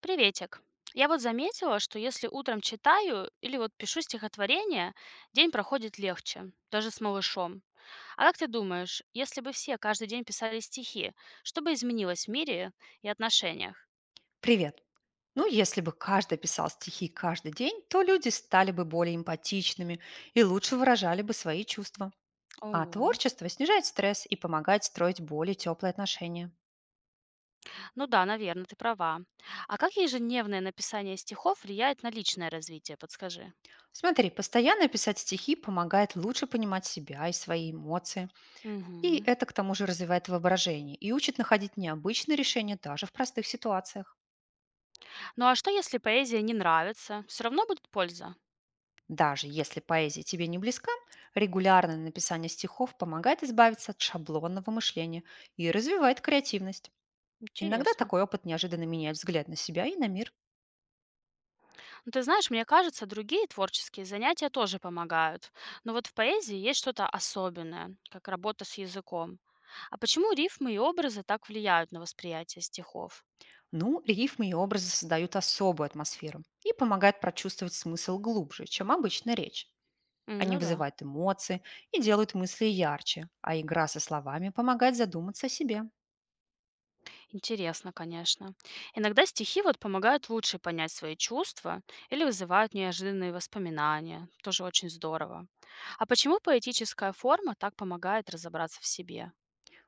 Приветик. Я вот заметила, что если утром читаю или вот пишу стихотворение, день проходит легче, даже с малышом. А как ты думаешь, если бы все каждый день писали стихи, что бы изменилось в мире и отношениях? Привет. Ну, если бы каждый писал стихи каждый день, то люди стали бы более эмпатичными и лучше выражали бы свои чувства. А Ого. творчество снижает стресс и помогает строить более теплые отношения. Ну да, наверное, ты права. А как ежедневное написание стихов влияет на личное развитие, подскажи? Смотри, постоянно писать стихи помогает лучше понимать себя и свои эмоции. И Мгм. это к тому же развивает воображение и учит находить необычные решения даже в простых ситуациях. Ну а что, если поэзия не нравится? Все равно будет польза? Даже если поэзия тебе не близка, регулярное написание стихов помогает избавиться от шаблонного мышления и развивает креативность. Иногда Интересно. такой опыт неожиданно меняет взгляд на себя и на мир. Ну, ты знаешь, мне кажется, другие творческие занятия тоже помогают. Но вот в поэзии есть что-то особенное, как работа с языком. А почему рифмы и образы так влияют на восприятие стихов? Ну, рифмы и образы создают особую атмосферу и помогают прочувствовать смысл глубже, чем обычная речь. М, Они ну да, вызывают эмоции и делают мысли ярче, а игра со словами помогает задуматься о себе. интересно, конечно. Иногда стихи вот помогают лучше понять свои чувства или вызывают неожиданные воспоминания. Тоже очень здорово. А почему поэтическая форма так помогает разобраться в себе?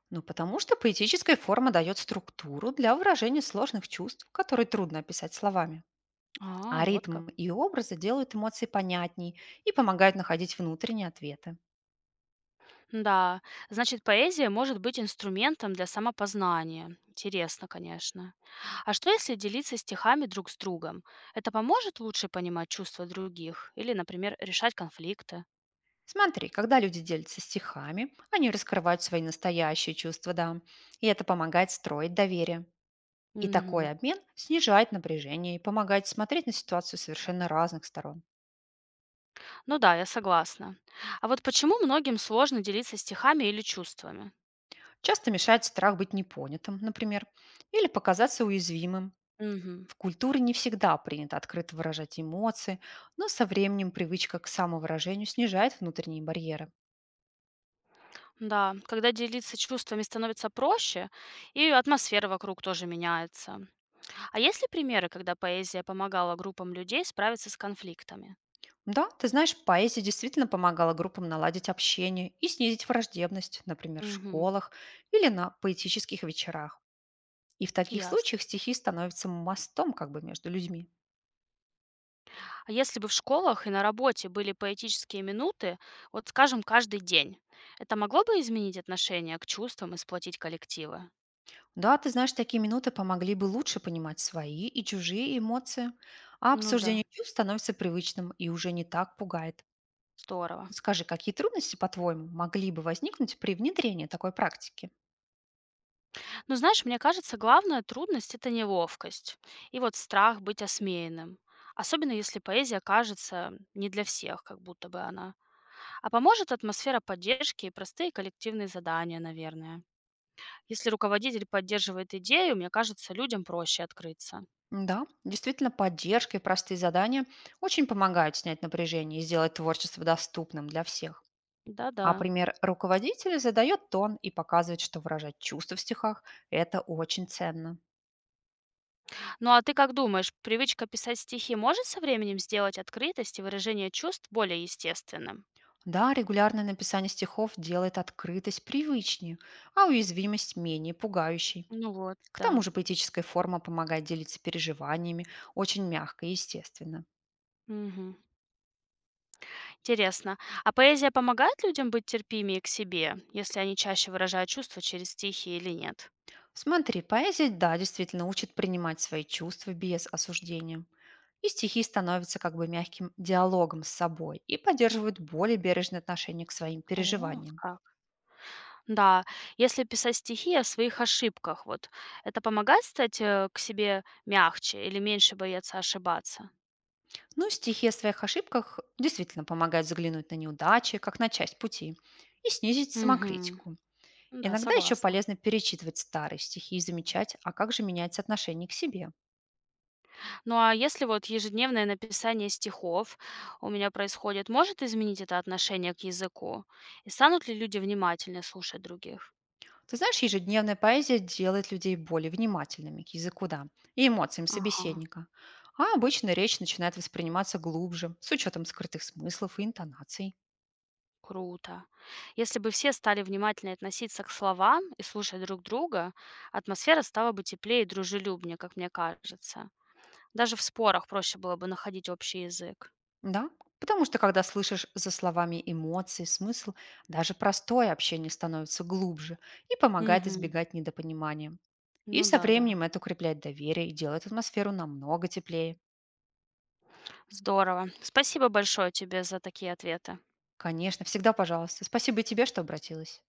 Ну, потому что поэтическая форма дает структуру для выражения сложных чувств, которые трудно описать словами. А, А вот как. ритм и образы делают эмоции понятней и помогают находить внутренние ответы. Да, значит, поэзия может быть инструментом для самопознания. Интересно, конечно. А что если делиться стихами друг с другом? Это поможет лучше понимать чувства других или, например, решать конфликты? Смотри, когда люди делятся стихами, они раскрывают свои настоящие чувства, да, и это помогает строить доверие. И такой Мгм. обмен снижает напряжение и помогает смотреть на ситуацию совершенно разных сторон. Ну да, я согласна. А вот почему многим сложно делиться стихами или чувствами? Часто мешает страх быть непонятым, например, или показаться уязвимым. Мгм. В культуре не всегда принято открыто выражать эмоции, но со временем привычка к самовыражению снижает внутренние барьеры. Да, когда делиться чувствами становится проще, и атмосфера вокруг тоже меняется. А есть ли примеры, когда поэзия помогала группам людей справиться с конфликтами? Да, ты знаешь, поэзия действительно помогала группам наладить общение и снизить враждебность, например, в Мгм. школах или на поэтических вечерах. И в таких Ясно. случаях стихи становятся мостом как бы между людьми. А если бы в школах и на работе были поэтические минуты, вот скажем, каждый день, это могло бы изменить отношение к чувствам и сплотить коллективы? Да, ты знаешь, такие минуты помогли бы лучше понимать свои и чужие эмоции, а Ну да, обсуждение чувств становится привычным и уже не так пугает. здорово. Скажи, какие трудности, по-твоему, могли бы возникнуть при внедрении такой практики? Но знаешь, мне кажется, главная трудность– это неловкость и вот страх быть осмеянным. Особенно если поэзия кажется не для всех, как будто бы она. А поможет атмосфера поддержки и простые коллективные задания, наверное. Если руководитель поддерживает идею, мне кажется, людям проще открыться. Да, действительно, поддержка и простые задания очень помогают снять напряжение и сделать творчество доступным для всех. Да-да. А пример руководителя задает тон и показывает, что выражать чувства в стихах — это очень ценно. Ну а ты как думаешь, привычка писать стихи может со временем сделать открытость и выражение чувств более естественным? Да, регулярное написание стихов делает открытость привычнее, а уязвимость менее пугающей. Ну вот, К да. тому же поэтическая форма помогает делиться переживаниями очень мягко и естественно. Мгм. Интересно. А поэзия помогает людям быть терпимее к себе, если они чаще выражают чувства через стихи или нет? Смотри, поэзия, да, действительно учит принимать свои чувства без осуждения. И стихи становятся как бы мягким диалогом с собой и поддерживают более бережное отношение к своим О, переживаниям. как. Да, если писать стихи о своих ошибках, вот, это помогает стать к себе мягче или меньше бояться ошибаться? Ну, стихи о своих ошибках действительно помогают взглянуть на неудачи, как на часть пути, и снизить Угу. самокритику. Да, Иногда еще согласна. полезно перечитывать старые стихи и замечать, а как же меняется отношение к себе. Ну а если вот ежедневное написание стихов у меня происходит, может изменить это отношение к языку? И станут ли люди внимательнее слушать других? Ты знаешь, ежедневная поэзия делает людей более внимательными к языку, да, и эмоциям Ага, собеседника. А обычно речь начинает восприниматься глубже, с учетом скрытых смыслов и интонаций. круто. Если бы все стали внимательнее относиться к словам и слушать друг друга, атмосфера стала бы теплее и дружелюбнее, как мне кажется. Даже в спорах проще было бы находить общий язык. Да, потому что когда слышишь за словами эмоции, смысл, даже простое общение становится глубже и помогает Угу. избегать недопонимания. И Ну со да, да. временем это укрепляет доверие и делает атмосферу намного теплее. Здорово. Спасибо большое тебе за такие ответы. Конечно, всегда пожалуйста. Спасибо и тебе, что обратилась.